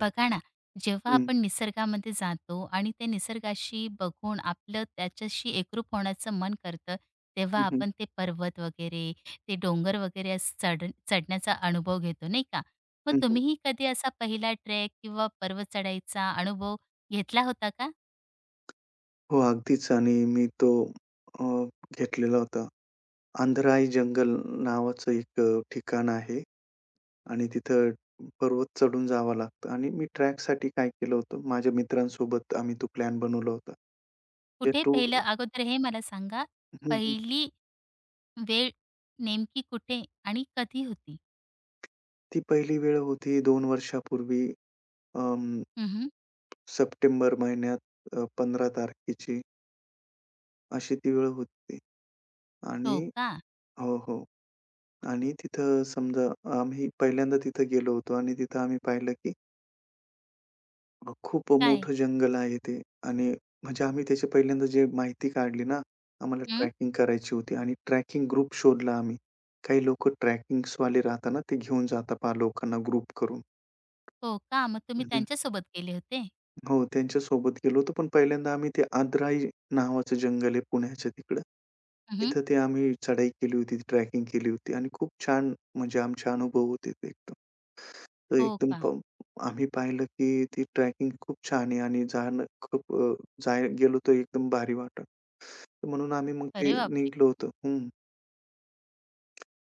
बघा ना, जेव्हा हं, आपण निसर्गामध्ये जातो आणि त्या निसर्गाशी बघून आपलं त्याच्याशी एकरूप होण्याचं मन करतं, तेव्हा हं, हं, आपण ते पर्वत वगैरे, ते डोंगर वगैरे असं चढण्याचा अनुभव घेतो, नाही का? मग हं, हं. तुम्हीही कधी असा पहिला ट्रेक किंवा पर्वत चढाईचा अनुभव घेतला होता का? हो, अगदीच आणि मी तो अ, घेतलेला होता. अंधराई जंगल नावाचं एक ठिकाण आहे आणि तिथं पर्वत चढून जावं लागतं आणि मी ट्रॅकसाठी काय केलं होतं, माझ्या मित्रांसोबत आम्ही तो प्लॅन बनवला होता. जे कुठे टू पहिलं अगोदर हे मला सांगा, हं, हं. पहिली वेळ नेमकी कुठे आणि कधी होती? ती पहिली वेळ होती दोन वर्षापूर्वी, अं, हं, सप्टेंबर महिन्यात 15 तारखेची अशी ती वेळ होती आणि हो का? हो, हो. आणि तिथं समजा आम्ही पहिल्यांदा तिथं गेलो होतो आणि तिथं आम्ही पाहिलं की खूप काय? मोठं जंगल आहे ते. आणि म्हणजे आम्ही त्याची पहिल्यांदा जे माहिती काढली ना, आम्हाला हं. ट्रॅकिंग करायची होती आणि ट्रॅकिंग ग्रुप शोधला आम्ही. काही लोकं ट्रॅकिंग्सवाले राहतात ना, ते घेऊन जातात पहा लोकांना ग्रुप करून. हो का? मग तुम्ही हं. त्यांच्यासोबत गेले होते? हो, त्यांच्यासोबत गेलो होतो. पण पहिल्यांदा आम्ही ते आदराई नावाचं जंगल आहे पुण्याच्या तिकडं. हं, हं. तिथं ते आम्ही चढाई केली होती, ट्रॅकिंग केली होती आणि खूप छान म्हणजे आमचे अनुभव होते ते. तर हो एकदम का? प आम्ही पाहिलं की ती ट्रॅकिंग खूप छान आहे आणि जाणं खूप जाय गेलो तर एकदम भारी वाटलं. तर म्हणून आम्ही मग ते अरे बापरे! निघलो होतो. हं.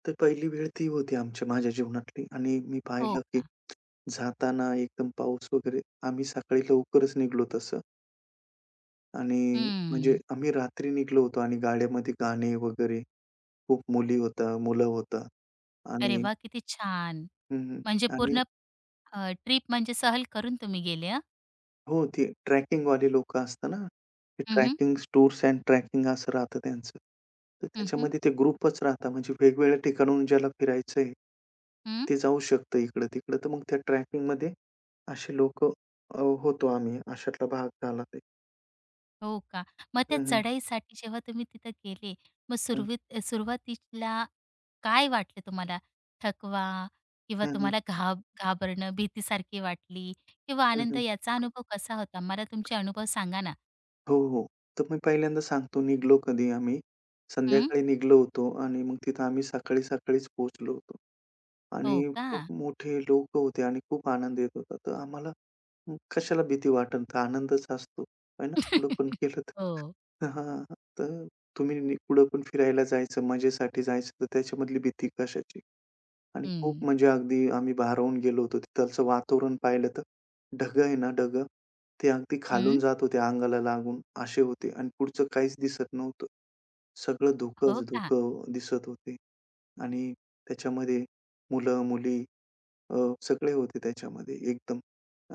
तर पहिली वेळ ती होती आमच्या माझ्या जीवनातली आणि मी हो पाहिलं की का? जाताना एकदम पाऊस वगैरे. आम्ही सकाळी लवकरच निघलो तसं आणि म्हणजे हं. आम्ही रात्री निघलो होतो आणि गाड्यामध्ये गाणे वगैरे, खूप मुली होत्या, मुलं होता अरे आणि वाह! किती छान. हं, म्हणजे आणि पूर्ण ट्रिप म्हणजे सहल करून तुम्ही गेले हं. हो, ते ट्रॅकिंगवाले लोकं असतात ना, ते हं, हं. ट्रॅकिंग टूर्स एंड ट्रॅकिंग असं राहतं त्यांचं. तर त्याच्यामध्ये ते ग्रुपच राहतात म्हणजे वेगवेगळ्या ठिकाणाहून ज्याला फिरायचंय, हं. ते जाऊ शकतं इकडं-तिकडं. तर मग त्या ट्रॅकिंगमध्ये असे लोकं होतो आम्ही. अशातला भाग झाला ते. हो का? मग त्या हं, हं, चढाईसाठी जेव्हा तुम्ही तिथं गेले, मग हं, सुरुवातीला काय वाटलं तुम्हाला? थकवा किंवा हं, हं, तुम्हाला घाबरणं, भीतीसारखी वाटली किंवा हं, आनंद हं. याचा अनुभव कसा होता? मला तुमचे अनुभव सांगा ना? हो, हो. तर मी पहिल्यांदा सांगतो निघालो कधी आम्ही. हं. संध्याकाळी निघालो होतो आणि मग तिथं आम्ही सकाळी-सकाळीच पोहोचलो होतो. हो आणि का? खूप मोठे लोकं होते आणि खूप आनंद येत होता. तर आम्हाला कशाला भीती वाटेल, तर आनंदच असतो. आहे ना? कुठं पण गेलं हो. तर हां, तर तुम्ही नि- कुठं पण फिरायला जायचं, मजेसाठी जायचं, तर त्याच्यामधली भीती कशाची? आणि खूप हं. म्हणजे अगदी आम्ही भारावून गेलो होतो. तिथलचं वातावरण पाहिलं तर ढगं आहे ना ढगं, ते अगदी हं. खालून जात होते अंगाला लागून असे होते आणि पुढचं काहीच दिसत नव्हतं. सगळं धुकंच हो का? धुकं दिसत होते आणि त्याच्यामध्ये मुलं-मुली अ, सगळे होते त्याच्यामध्ये एकदम.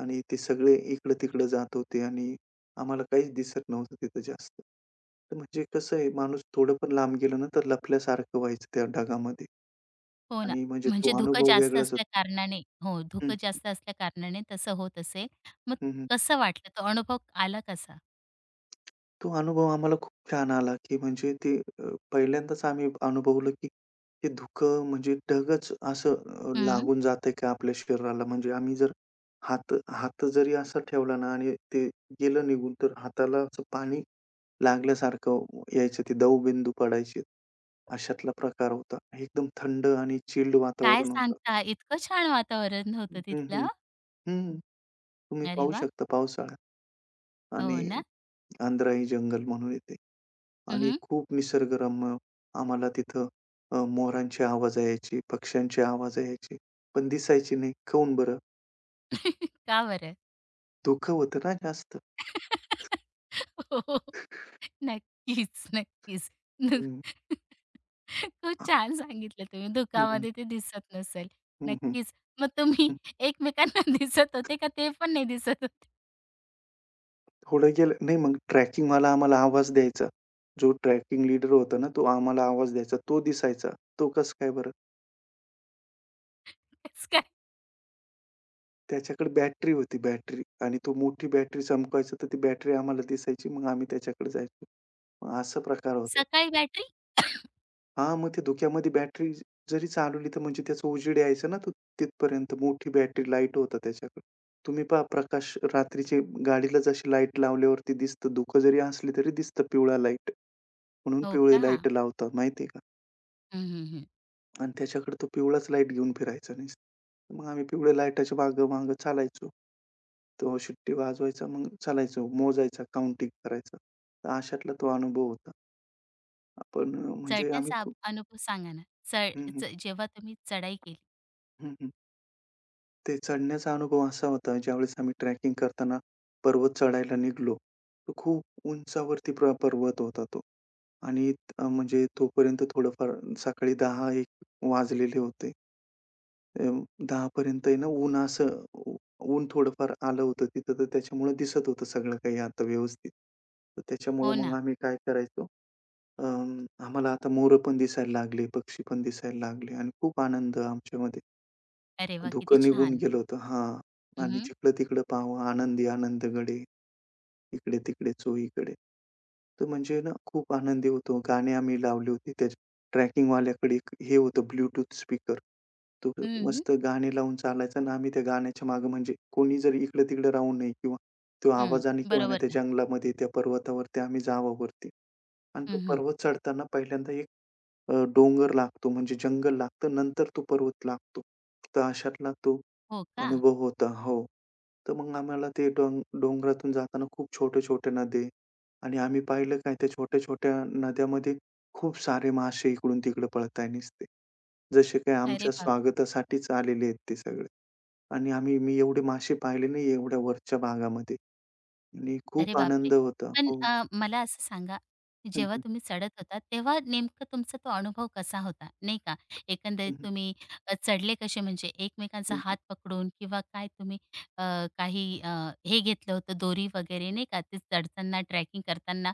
आणि ते सगळे इकडं-तिकडं जात होते आणि आम्हाला काहीच दिसत नव्हतं तिथं जास्त. तर म्हणजे कसं आहे माणूस थोडं पण लांब गेलं ना, तर लपल्यासारखं व्हायचं त्या ढगामध्ये. हो ना. आणि म्हणजे म्हणजे तो धुकं अनुभव जास्त वेगळाच होता. असल्या कारणाने, हो, हं, धुकं जास्त असल्याकारणाने तसं होत असेल. मग हं, हं. कसं वाटलं? तो अनुभव आला कसा? तो अनुभव आम्हाला खूप छान आला, की म्हणजे ते पहिल्यांदाच आम्ही अनुभवलं, की ते धुकं म्हणजे ढगच असं हं. लागून जातंय का आपल्या शरीराला. म्हणजे आम्ही जर हात हात जरी असा ठेवला ना आणि ते गेलं निघून, तर हाताला असं पाणी लागल्यासारखं यायचं. ते दवबिंदू पडायचे. अशातला प्रकार होता. एकदम थंड आणि चिल्ड काय वातावरण होतं. सांगता? इतकं छान वातावरण होतं हं, हं. तिथलं. हं. तुम्ही अरे पाहू वाह! शकता पावसाळ्यात. आणि हो ना. अंधाराई जंगल म्हणून येते आणि हं, खूप निसर्गरम्य आम्हाला तिथं मोरांचे आवाज यायचे, पक्ष्यांचे आवाज यायचे, पण दिसायचे नाही. काहून बरं? का बरं? धुकं होतं ना जास्त. हो. नक्कीच, नक्कीच. धु हं. खूप छान सांगितलं तुम्ही. हं, हं. धुकामध्ये ते दिसत नसेल. हं, हं, नक्कीच. मग तुम्ही हं. एकमेकांना दिसत होते का ते पण नाही दिसत होते? थोडं गेलं नाही मग ट्रॅकिंगवाला आम्हाला आवाज द्यायचा. जो ट्रॅकिंग लीडर होता ना, तो आम्हाला आवाज द्यायचा. तो दिसायचा. तो कसं काय बरं? कसं काय? त्याच्याकडे बॅटरी होती बॅटरी आणि तो मोठी बॅटरी चमकायचा तर ती बॅटरी आम्हाला दिसायची. मग आम्ही त्याच्याकडे जायचो. मग असा प्रकार होता. सकाळी बॅटरी हां, मग ते धुक्यामध्ये बॅटरी जरी चालवली, तर म्हणजे त्याचं उजेड यायचं ना, तर तिथपर्यंत मोठी बॅटरी लाईट होता त्याच्याकडे. तुम्ही पहा प्रकाश रात्रीचे गाडीला जशी लाईट लावल्यावरती दिसतं, धुकं जरी असली तरी दिसतं पिवळा लाईट. म्हणून हो पिवळी का? लाईट लावतात माहिती का? हं, हं, हं. आणि त्याच्याकडे तो पिवळाच लाईट घेऊन फिरायचा नुसता. मग आम्ही पिवळ्या लाईटाच्या मागं-मागं चालायचो. तो शिट्टी वाजवायचा, मग चालायचो, मोजायचा, काउंटिंग करायचा. तर अशातला तो अनुभव होता. पण म्हणजे आम्ही चढण्याचा अभ खूप अनुभव सांगा ना? हं, चढ हं. च जेव्हा तुम्ही चढाई केली. हं, हं. ते चढण्याचा अनुभव असा होता, ज्यावेळेस आम्ही ट्रॅकिंग करताना पर्वत चढायला निघालो. तो खूप उंचावरती प्र पर्वत होता तो. आणि म्हणजे तोपर्यंत थोडंफार सकाळी 10 एक वाजलेले होते. अ, 10 पर्यंत आहे ना ऊन असं ऊ ऊन थोडंफार आलं होतं तिथं, तर त्याच्यामुळं दिसत होतं सगळं काही आता व्यवस्थित. तर त्याच्यामुळं हो मग ना. आम्ही काय करायचो, अ, आम्हाला आता मोरं पण दिसायला लागले, पक्षी पण दिसायला लागले आणि खूप आनंद आमच्यामध्ये. अरे वाह! किती धुकं निघून छान. गेलं होतं. हां. हं, आणि हं. जिकडं-तिकडं पाहावं, आनंदी आनंद गडे, इकडे-तिकडे चोहीकडे. तर म्हणजे ना खूप आनंदी होतो. गाणे आम्ही लावले होते. त्या ट्रॅकिंगवाल्याकडे एक हे होतं ब्लूटूथ स्पीकर. तो हं, हं. मस्त गाणे लावून चालायचा आणि आम्ही त्या गाण्याच्या मागे म्हणजे कोणी जर इकडं-तिकडं राहू नये किंवा तो आवाजाने का होईना बरोबर त्या ना. जंगलामध्ये, त्या पर्वतावरती आम्ही जावं वरती. आणि तो हं, हं. पर्वत चढताना पहिल्यांदा डोंगर लागतो म्हणजे जंगल लागतं, नंतर तो पर्वत लागतो. तर अशातला तो हो का? अनुभव होता. हो. तर मग आम्हाला ते डोंग डोंगरातून जाताना खूप छोटे-छोटे नदे. आणि आम्ही पाहिलं काय त्या छोट्या-छोट्या नद्यामध्ये खूप सारे मासे इकडून-तिकडे पळताय नुसते. जसे काही अरे आमच्या बाप स्वागतासाठीच आलेले आहेत ते सगळे. आणि आम्ही मी एवढे मासे पाहिले नाही एवढ्या वरच्या भागामध्ये आणि अरे खूप बापरे! आनंद होता. पण हो. मला असं सांगा, हं, जेव्हा हं. तुम्ही चढत होता, तेव्हा नेमकं तुमचा तो अनुभव कसा होता, नाही का? एकंदरीत हं, हं. तुम्ही चढले कसे म्हणजे एकमेकांचा हात पकडून किंवा काय तुम्ही अ, काही अ, हे घेतलं होतं दोरी वगैरे नाही का? ते चढताना ट्रॅकिंग करताना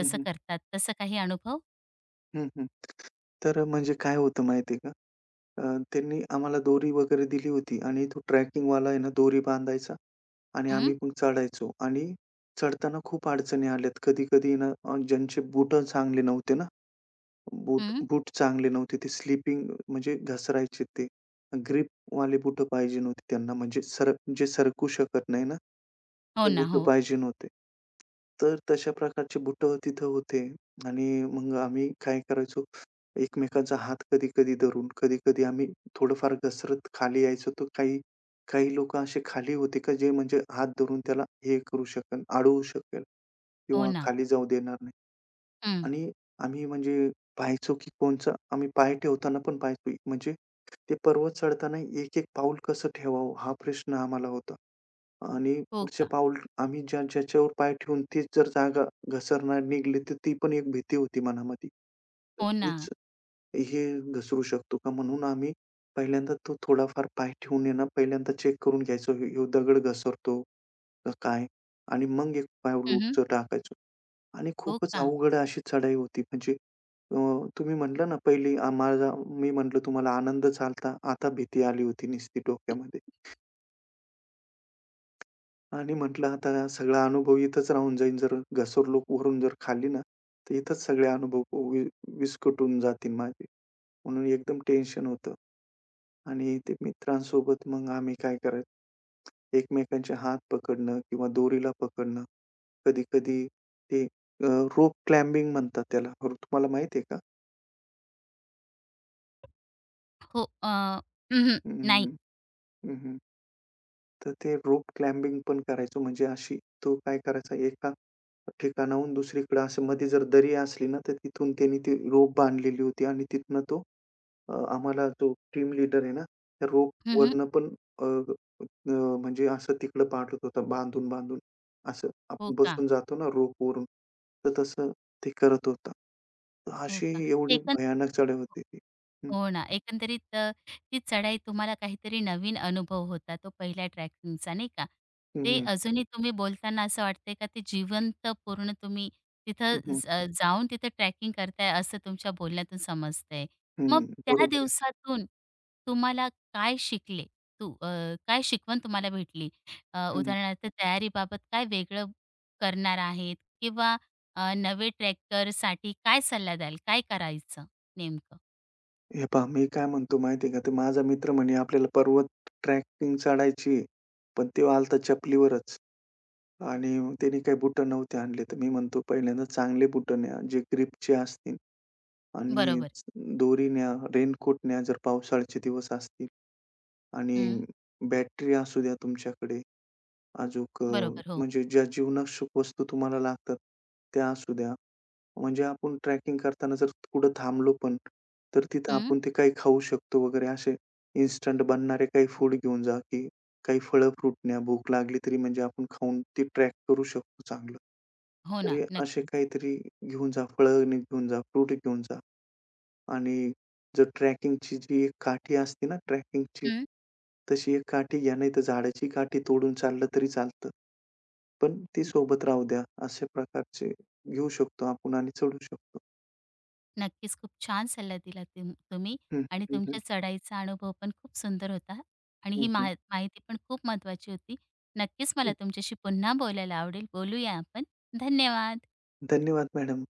हं, हं. करतात तसं काही अनुभव? हं, हं. तर म्हणजे काय होतं माहिती आहे का? त्यांनी आम्हाला दोरी वगैरे दिली होती आणि तो ट्रॅकिंगवाला आहे ना दोरी बांधायचा आणि हं, आम्ही मग चढायचो आणि चढताना खूप अडचणी आल्यात. कधी-कधी ना ज्यांचे बूट चांगले नव्हते ना, बूट हं. बूट चांगले नव्हते. ते स्लिपिंग म्हणजे घसरायचे ते. ग्रिपवाले बूट पाहिजे नव्हते त्यांना म्हणजे सरक जे सरकू शकत नाही ना, हो ते ना, बूट हो. पाहिजे नव्हते. तर तशा प्रकारचे बूट तिथं होते आणि मग आम्ही काय करायचो, एकमेकांचा हात कधी-कधी धरून, कधी-कधी आम्ही थोडंफार घसरत खाली यायचो. तर काही काही लोकं असे खाली होते का जे म्हणजे हात धरून त्याला हे करू शकेल, अडवू शकेल हो किंवा ना. खाली जाऊ देणार नाही. हं. आणि आम्ही म्हणजे पाहायचो, की कोणचं आम्ही पाय ठेवताना पण पाहायचो, म्हणजे ते पर्वत चढताना एक-एक पाऊल कसं ठेवावं, हा प्रश्न आम्हाला होता. आणि हो पुढचे का? पाऊल आम्ही ज्या ज्याच्यावर पाय ठेवून तीच जर जागा घसरणार निघली, तर ती पण एक भीती होती मनामध्ये. तर हो ना. हीच हे घसरू शकतो का? म्हणून आम्ही पहिल्यांदा तो थोडाफार पाय ठेवून आहे पहिल्यांदा चेक करून घ्यायचो, ह्यो ह्यो दगड घसरतो का काय? आणि मग एक पाऊल हं, उंच टाकायचो. आणि हो खूपच का? अवघड अशी चढाई होती. म्हणजे अ, तुम्ही म्हटलं ना, पहिली आ माझा मी म्हटलं तुम्हाला आनंद झाला. आता भीती आली होती नुसती डोक्यामध्ये. आणि म्हटलं आता हा सगळा अनुभव इथंच राहून जाईल. जर घसरलो वरून जर खाली ना, तर इथंच सगळे अनुभव वि विस्कटून जातील माझे. म्हणून एकदम टेन्शन होतं. आणि ते मित्रांसोबत मग आम्ही काय करायचो, एकमेकांचे हात पकडणं किंवा दोरीला पकडणं. कधी-कधी ते रोप क्लाइम्बिंग म्हणतात त्याला. हो, तुम्हाला माहिती आहे का? हो अ, हं, हं, नाही. हं. तर ते रोप क्लाइम्बिंग पण करायचो. म्हणजे अशी तो काय करायचा एका ठिकाणाहून दुसरीकडे असं मध्ये जर दरी असली ना, तर तिथून त्याने ती रोप बांधलेली होती आणि तिथनं तो आम्हाला जो टीम लीडर आहे ना, त्या हं, रोपवरनं पण अ, अ, म्हणजे असं तिकडं पाठवत होता बांधून-बांधून. असं हो आपण का? बसून जातो ना रोपवरून, तर तसं ते करत होता. तर हो अशी का? एवढी एकं भयानक चढाई होती ती. हं, हो हो ना. एकंदरीत ती चढाई तुम्हाला काहीतरी नवीन अनुभव होता तो पहिल्या ट्रॅकिंगचा नाही का? ते हं, अजूनही तुम्ही बोलताना असं वाटतंय का ते जिवंत पूर्ण तुम्ही तिथं हं, जाऊन तिथं ट्रॅकिंग करताय असं तुमच्या बोलण्यातून समजतंय. हं, मग त्या बरोबर आहे. दिवसातून तुम्हाला काय शिकले? तू अ, काय शिकवण तुम्हाला भेटली? उदाहरणार्थ तयारीबाबत काय वेगळं करणार आहेत किंवा नवे ट्रॅकरसाठी काय सल्ला द्याल? काय करायचं नेमकं? हे पहा, मी काय म्हणतो माहिती का, ते माझा मित्र म्हणे, "आपल्याला पर्वत ट्रॅकिंग चढायची आहे." पण तो आला होता चपलीवरच आणि मग त्याने काही बुटं नव्हते आणले. तर मी म्हणतो, "पहिल्यांदा चांगले बुटं न्या, जे ग्रिपचे असतील आणि बरोबर. दोरी न्या, रेनकोट न्या, जर पावसाळ्याचे दिवस असतील आणि हं. बॅटरी असू द्या तुमच्याकडे. अजूक बरोबर. हो. म्हणजे ज्या जीवनावश्यक वस्तू तुम्हाला लागतात, त्या असू द्या." म्हणजे आपण ट्रॅकिंग करताना जर कुठं थांबलो पण, तर तिथं हं. आपण ते काही खाऊ शकतो वगैरे असे इन्स्टंट बनणारे काही फूड घेऊन जा, की काही फळं-फ्रूट न्या. भूक लागली तरी म्हणजे आपण खाऊन ते ट्रॅक करू शकतो चांगलं. हो तर ना. हे असे नक्कीच. काहीतरी घेऊन जा, फळं नी घेऊन जा, फ्रूट घेऊन जा. आणि जर ट्रॅकिंगची जी एक काठी असते ना ट्रॅकिंगची, हं. तशी एक काठी घ्या, नाहीतर झाडाची काठी तोडून चाललं तरी चालतं. पण ती न सोबत राहू द्या. अशा प्रकारचे घेऊ शकतो आपण आणि चढू शकतो. नक्कीच. खूप छान सल्ला दिला तुम्ही हं, आणि हं, हं, तुमच्या चढाईचा अनुभव पण खूप सुंदर होता आणि हं, ही हं. माहिती पण खूप महत्वाची होती. नक्कीच मला तुमच्याशी पुन्हा बोलायला आवडेल. बोलूया आपण. धन्यवाद. धन्यवाद मॅडम.